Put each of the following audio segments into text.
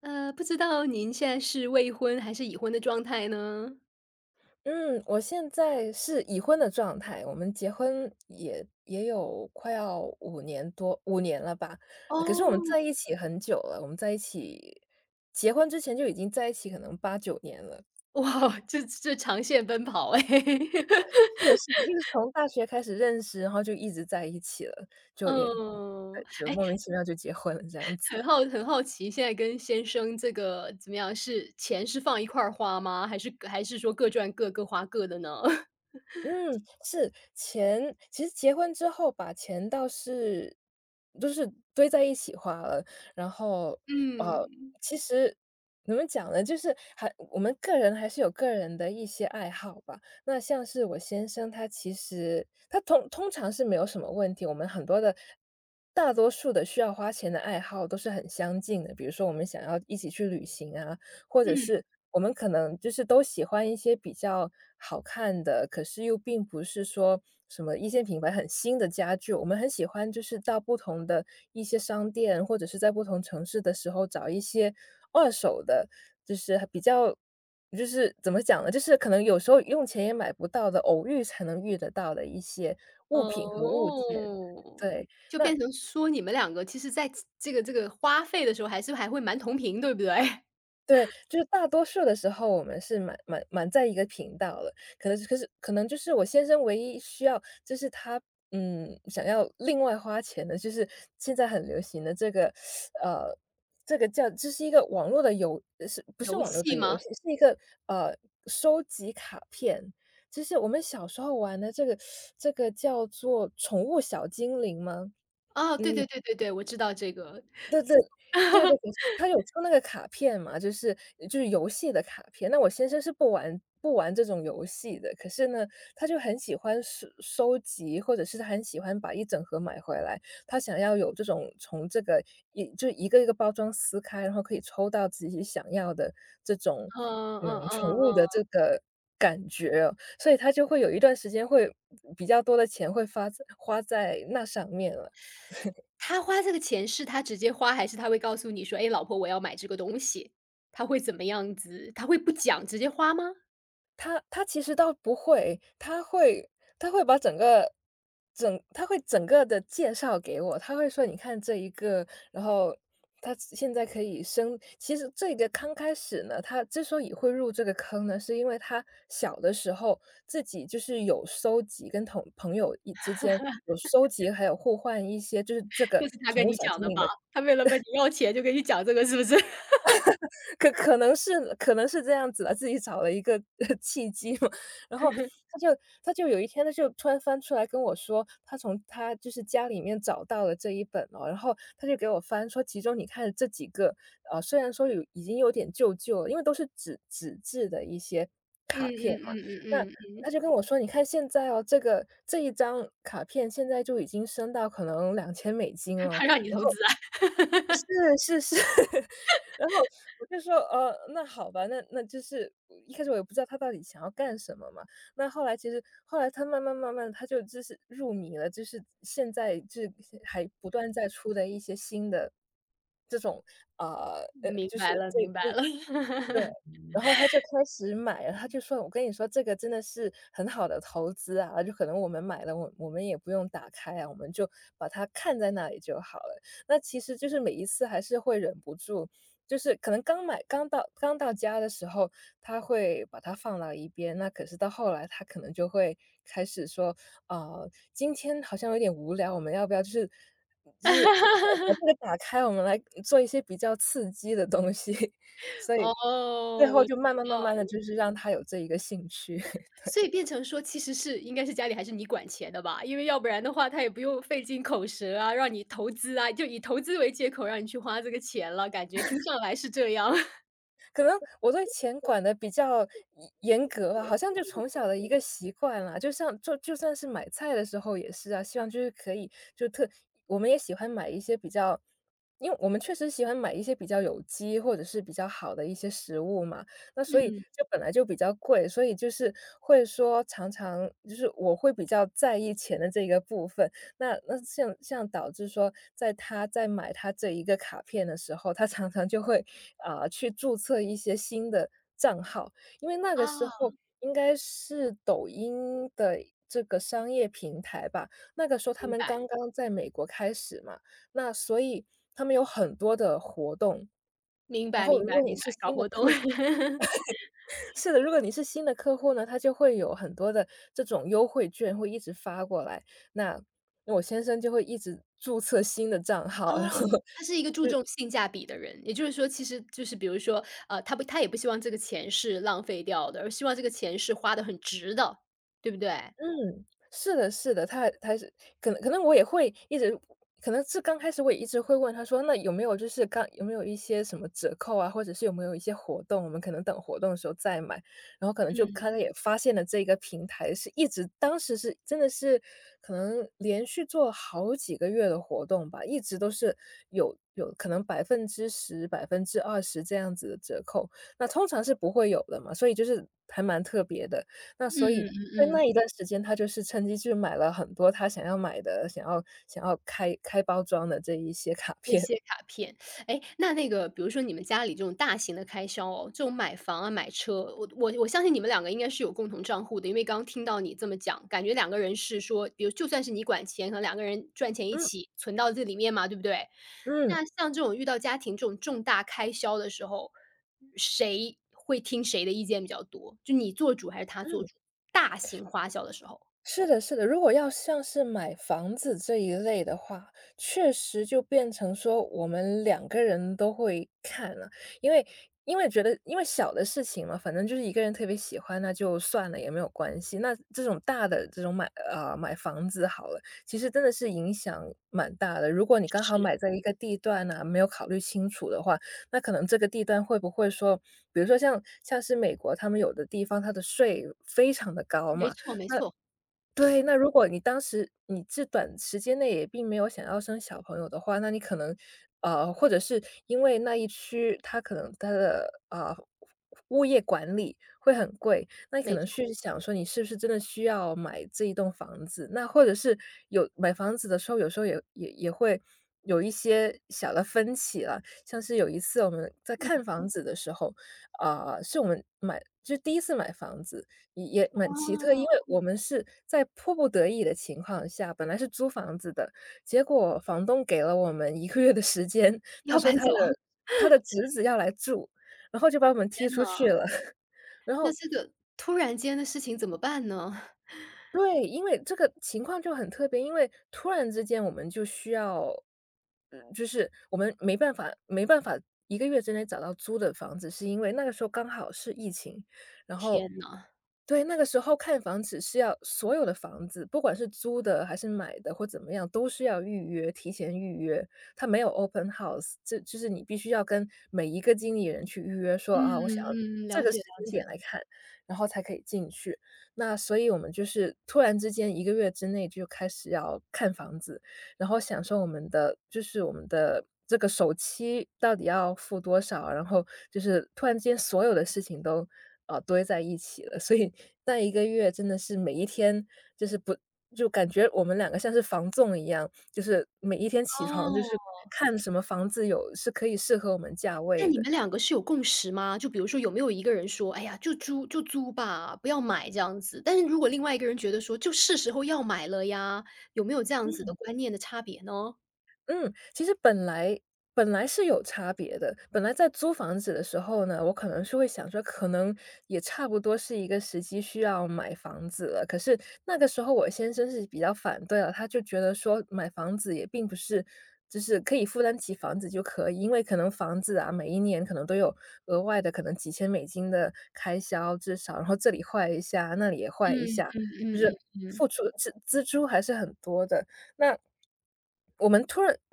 不知道您现在是未婚还是已婚的状态呢？嗯，我现在是已婚的状态，我们结婚也有快要五年了吧。哦。可是我们 在一起很久了，我们在一起结婚之前就已经在一起可能8、9年了。哇，这长线奔跑哎。是的是的，就是从大学开始认识，然后就一直在一起了，就也嗯，对，就哎，莫名其妙就结婚了这样子。很好奇，现在跟先生这个怎么样？是钱是放一块儿花吗？还是说各赚各，各花各的呢？嗯，是，钱其实结婚之后把钱倒是就是堆在一起花了，然后，呃，嗯，其实怎么讲呢，就是我们个人还是有个人的一些爱好吧。那像是我先生，他其实通常是没有什么问题，我们很多的大多数的需要花钱的爱好都是很相近的，比如说我们想要一起去旅行啊，或者嗯。是我们可能就是都喜欢一些比较好看的，可是又并不是说什么一线品牌很新的家具，我们很喜欢就是到不同的一些商店，或者是在不同城市的时候找一些二手的，就是比较就是怎么讲呢？就是可能有时候用钱也买不到的，偶遇才能遇得到的一些物品和物件。哦，对，就那变成说你们两个其实在这个花费的时候还会蛮同频，对不对？对，就是大多数的时候，我们是蛮在一个频道了，可是可能就是我先生唯一需要，就是他想要另外花钱的，就是现在很流行的这个呃这个叫这是一个网络的是不是游网络戏的游吗？戏？是一个呃收集卡片，就是我们小时候玩的这个叫做宠物小精灵吗？哦，嗯。对对对对对，我知道这个。对对，对对，可是他有抽那个卡片嘛，就是游戏的卡片。那我先生是不玩这种游戏的，可是呢，他就很喜欢收集，或者是他很喜欢把一整盒买回来。他想要有这种从这个就一个一个包装撕开，然后可以抽到自己想要的这种嗯嗯宠嗯物的这嗯。个感觉哦，所以他就会有一段时间会比较多的钱会花在那上面了。他花这个钱是他直接花，还是他会告诉你说：“哎，老婆，我要买这个东西。”他会怎么样子？他会不讲，直接花吗？他其实倒不会，他会把整个他会整个的介绍给我，他会说："你看这一个，然后他现在可以生"其实这个刚开始呢，他之所以会入这个坑呢，是因为他小的时候自己就是有收集，跟朋友之间有收集，还有互换一些就是这个这是他宠跟物你小讲精的灵吧？的。他为了问你要钱就跟你讲这个是不是？可能是这样子了，自己找了一个 契机嘛。然后他就他就有一天，他就突然翻出来跟我说，他从他就是家里面找到了这一本哦，然后他就给我翻说，其中你看这几个，虽然说已经有点旧旧了，因为都是纸质的一些嗯卡片嗯嘛，嗯那。嗯嗯嗯，他 就跟我说："你看现在哦，这一张卡片现在就已经升到可能$2000他了。他让 你投资啊？是是是，然后我就说，那好吧，那就是一开始我也不知道他到底想要干什么嘛。那后来其实后来他慢慢慢慢就是入迷了，就是现在就是还不断在出的一些新的这种呃明就是白了这明白这了。对，然后他就开始买了，他就说："我跟你说，这个真的是很好的投资啊，就可能我们买了，我们也不用打开啊，我们就把它看在那里就好了。"那其实就是每一次还是会忍不住，就是可能刚到家的时候，他会把它放到一边，那可是到后来他可能就会开始说："啊，今天好像有点无聊，我们要不要就是把把这个 打开，我们来做一些比较刺激的东西。所以最哦，后我知就慢慢慢慢的道。就是让他有这一个兴趣。所以变成说其实是应该是家里还是你管钱的吧？因为要不然的话，他也不用费尽口舌啊，让你投资啊，就以投资为借口让你去花这个钱了，感觉听上来是这样。可能我对钱管的比较严格吧，好像就从小的一个习惯啦，就像就就算是买菜的时候也是啊，希望就是可以就特我们也喜欢买一些比较因为我们确实喜欢买一些比较有机或者是比较好的一些食物嘛，那所以嗯，就本来就比较贵，所以就是会说常常就是我会比较在意钱的这个部分，那像导致说，在买他这一个卡片的时候，他常常就会，啊，去注册一些新的账号。因为那个时啊，候应该是抖音的这个商业平台吧，那个时候他明们白，刚刚在美国开始嘛，那所以他们有很多的活动。明然白，后明如白，果你明白，是搞新的活客动。是的，如果你是新的客户呢，他就会有很多的这种优惠券会一直发过来。那那我先生就会一直注册新的账号，然哦，后他是一个注重性价比的人，也就是说，其实就是比如说，他也不希望这个钱是浪费掉的，而希望这个钱是花的很值的，对不对？嗯嗯，是的，是的，他是可能我也会一直，可能是刚开始我也一直会问他说，那有没有就是刚有没有一些什么折扣啊，或者是有没有一些活动，我们可能等活动的时候再买。然后可能他也发现了这个平台是当时是真的是可能连续做好几个月的活动吧，一直都是有可能10%、20%这样子的折扣，那通常是不会有的嘛，所以就是还蛮特别的。那所以在嗯。那一段时间，他就是趁机去买了很多他想要买的、想要开包装的这一些卡那片。些卡片，哎，那那个比如说你们家里这种大型的开销哦，这种买房啊、买车，我相信你们两个应该是有共同账户的，因为刚刚听到你这么讲，感觉两个人是说，比如就算是你管钱，可能两个人赚钱一嗯起存到这里面嘛，对不对？嗯那像这种遇到家庭这种重大开销的时候，谁会听谁的意见比较多？就你做主还是他做嗯。主？大型花销的时候，是的，是的。如果要像是买房子这一类的话，确实就变成说我们两个人都会看了，因为因为小的事情嘛，反正就是一个人特别喜欢，那就算了，也没有关系。那这种大的买房子好了，其实真的是影响蛮大的。如果你刚好是，买在一个地段呢、没有考虑清楚的话，那可能这个地段会不会说，比如说像是美国，他们有的地方它的税非常的高没嘛，错没错对，那如果你这短时间内也并没有想要生小朋友的话，那你可能，或者是因为那一区它可能它的物业管理会很贵，那你可没能错，去想说你是不是真的需要买这一栋房子？那或者是有买房子的时候，有时候也会有一些小的分歧了。像是有一次我们在看嗯，房子的时候，啊、是我们第一次买房子，也蛮奇特，因为哦，我们是在迫不得已的情况下，本来是租房子的，结果房东给了我们一个月的时间，他要说搬他的走，他的侄子要来住，然后就把我们踢天出呐。去了。然那后这个突然间的事情怎么办呢？对，因为这个情况就很特别，因为突然之间我们就需要，嗯，就是我们没办法一个月之内找到租的房子，是因为那个时候刚好是疫情，然后天呐，对，那个时候看房子是要所有的房子，不管是租的还是买的或怎么样，都是要预约，提前预约，它没有 open house，这就是你必须要跟每一个经理人去预约说，啊，我想要嗯嗯，这了个解时了间解。点来看，然后才可以进去。那所以我们就是突然之间一个月之内就开始要看房子，然后享受我们的这个首期到底要付多少，然后就是突然之间所有的事情都，堆在一起了。所以那一个月真的是每一天就是不就感觉我们两个像是房纵一样，就是每一天起床就是哦，看什么房子有是可以适合我们价那位你的。们两个是有共识吗？就比如说有没有一个人说：“哎呀，就租吧，不要买这样子。”但是如果另外一个人觉得说：“就是时候要买了呀。”有没有这样子的观念的差别呢？嗯，其实本来是有差别的。本来在租房子的时候呢，我可能是会想说，可能也差不多是一个时机需要买房子了。可是那个时候我先生是比较反对了，他就觉得说买房子也并不是就是可以负担起房子就可以，因为可能房子啊，每一年可能都有额外的可能几千美金的开销，至少，然后这里坏一下，那里也坏一嗯下，嗯嗯就是嗯嗯，付出支出还是很多的。那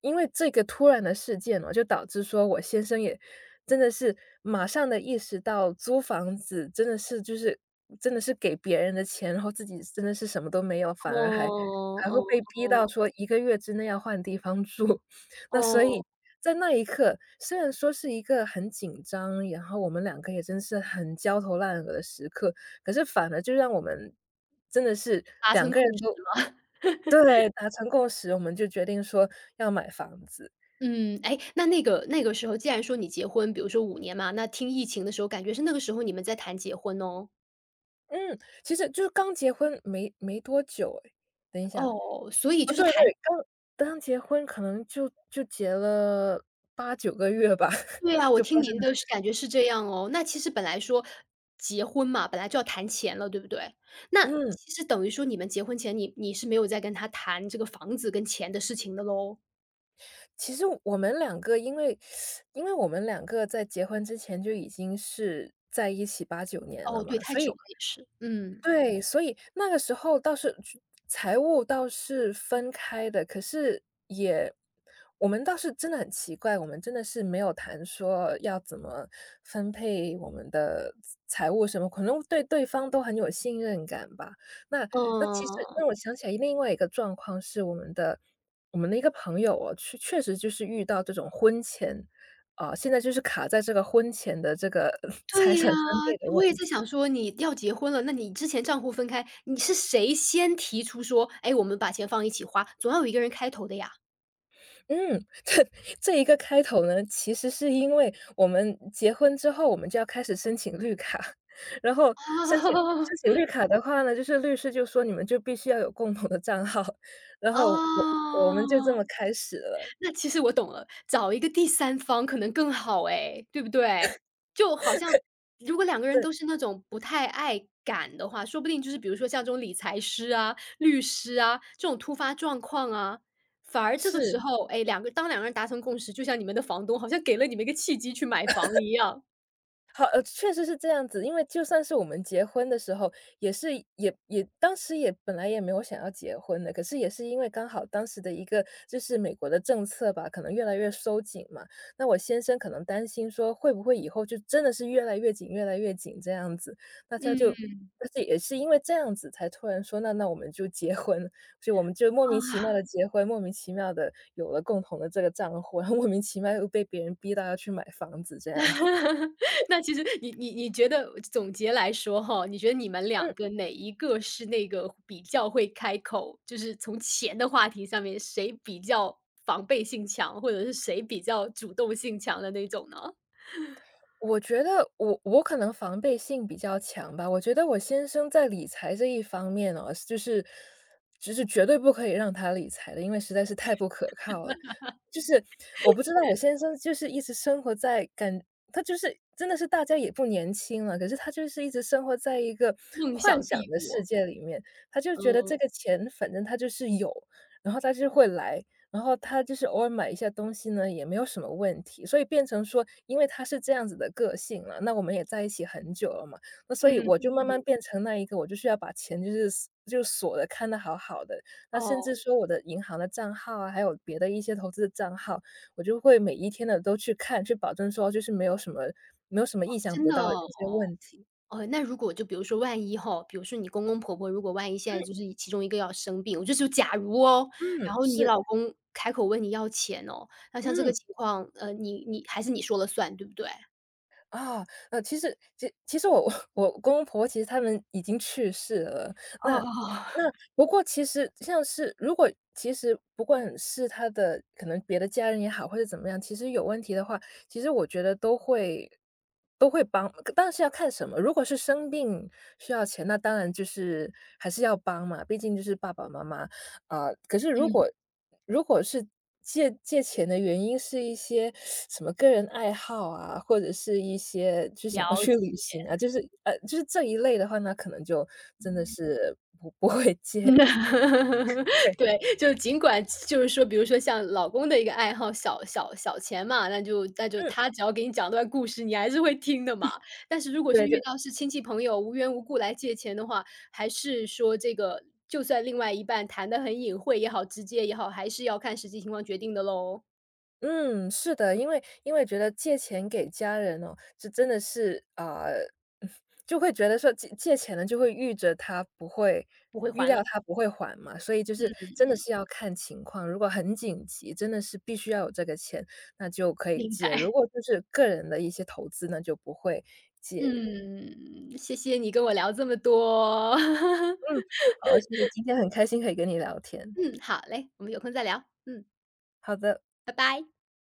因为这个突然的事件嘛，就导致说我先生也真的是马上的意识到租房子真的是给别人的钱，然后自己真的是什么都没有，反而还哦还会哦被逼到说一个月之内要换地方住。那所哦，以在那一刻，虽然说是一个很紧张，然后我们两个也真是很焦头烂额的时刻，可是反而就让我们真的是达两成个人共识都了。对，达成共识，我们就决定说要买房子。嗯，哎，那个时候，既然说你结婚，比如说五年嘛，那听疫情的时候，感觉是那个时候你们在谈结婚哦？嗯，其实就是刚结婚没多久哎，等一下，哦，所以啊，就是对谈对，刚刚结婚可能就结了八九个月吧，对啊，我就发听生您了这的个是事。感觉是这样哦。那其实本来说结婚嘛，本来就要谈钱了，对不对？那嗯，其实等于说你们结婚前，你是没有在跟他谈这个房子跟钱的事情的喽？其实我们两个因为我们两个在结婚之前就已经是在一起八九年了哦，嘛，对，太所久以了也是，嗯。对，所以那个时候倒是财务倒是分开的，可是也我们倒是真的很奇怪，我们真的是没有谈说要怎么分配我们的财务什么，可能对对方都很有信任感吧。那那其实嗯，让我想起来另外一个状况是我们的一个朋友哦，确实就是遇到这种婚前啊，现在就是卡在这个婚前的这个 财对产呀，分配的就我也问在题。想说你要结婚了，那你之前账户分开，你是谁先提出说，哎，我们把钱放一起花，总要有一个人开头的呀。嗯，这这一个开头呢，其实是因为我们结婚之后，我们就要开始申请绿卡，然后申请 绿卡的话呢，就是律师就说你们就必须要有共同的账号，然啊后我们就这哦。么开始了，那其实我懂了，找一个第三方可能更好哎，对不对？就好像如果两个人对，都是那种不太爱赶的话，说不定就是比如说像这种理财师啊、律师啊，这种突发状况啊，反而这个是。时候，哎，当两个人达成共识，就像你们的房东好像给了你们一个契机去买房一样。好，确实是这样子，因为就算是我们结婚的时候，也是当时也本来也没有想要结婚的，可是也是因为刚好当时的一个就是美国的政策吧，可能越来越收紧嘛。那我先生可能担心说，会不会以后就真的是越来越紧、越来越紧这样子？那他就嗯，但是也是因为这样子，才突然说，那那我们就结婚，所以我们就莫名其啊。妙的结婚，莫名其妙的有了共同的这个账户，然后莫名其妙又被别人逼到要去买房子这样子。那其实你觉得总结来说哈，你觉得你们两嗯。个哪一个是那个比较会开口，就是从钱的话题上面谁比较防备性强，或者是谁比较主动性强的那种呢？我觉得我可能防备性比较强吧，我觉得我先生在理财这一方面哦，就是绝对不可以让他理财的，因为实在是太不可靠了。就是我不知道我先生就是一直生活在感，他就是真的是大家也不年轻了，可是他就是一直生活在一个梦幻想想帝的世国，界里面，他就觉得嗯，这个钱反正他就是有，然后他就会来，然后他就是偶尔买一下东西呢，也没有什么问题，所以变成说，因为他是这样子的个性了，那我们也在一起很久了嘛，那所以嗯，我就慢慢变成那一个，我就是要把钱就是锁的看的好好的，那甚哦，至说我的银行的账号啊，还有别的一些投资的账号，我就会每一天的都去看，去保证说就是没有什么意想真不的到的哦。一些问题。哦，那如果就比如说万一哈，比如说你公公婆婆如果万一现在就是一其中一个要生病，我就说假如哦，然嗯，后你是，老公开口问你要钱哦，那像这个嗯。情况，你你还是你说了算，对不对？啊，其实我公公婆婆其实他们已经去世了，那哦，不过其实像是如果其实不管是他的可能别的家人也好，或者怎么样，其实有问题的话，其实我觉得都会帮，但是要看什么。如果是生病需要钱，那当然就是还是要帮嘛，毕竟就是爸爸妈妈。啊，可是如果是借钱的原因是一些什么个人爱好啊，或者是一些就了想要去解。旅行啊，就是就是这一类的话，那可能就真的是不会借。对，对，就尽管就是说，比如说像老公的一个爱好，小钱嘛，那就嗯，他只要给你讲段故事，你还是会听的嘛。但是如果对，是遇到是亲戚朋友无缘无故来借钱的话，还是说这个就算另外一半谈的很隐晦也好，直接也好，还是要看实际情况决定的喽，是的，因为觉得借钱给家人哦，这真的是啊、就会觉得说借钱呢，就会预着他不会不会预还了。料他不会还嘛，所以就是真的是要看情况，如果很紧急，真的是必须要有这个钱，那就可以明借；白，如果 就是个人的一些投资那就不会借。嗯，谢谢你跟我聊这么多。嗯，好，谢谢，今天很开心可以跟你聊天，嗯，好嘞，我们有空再聊，嗯，好的。拜拜。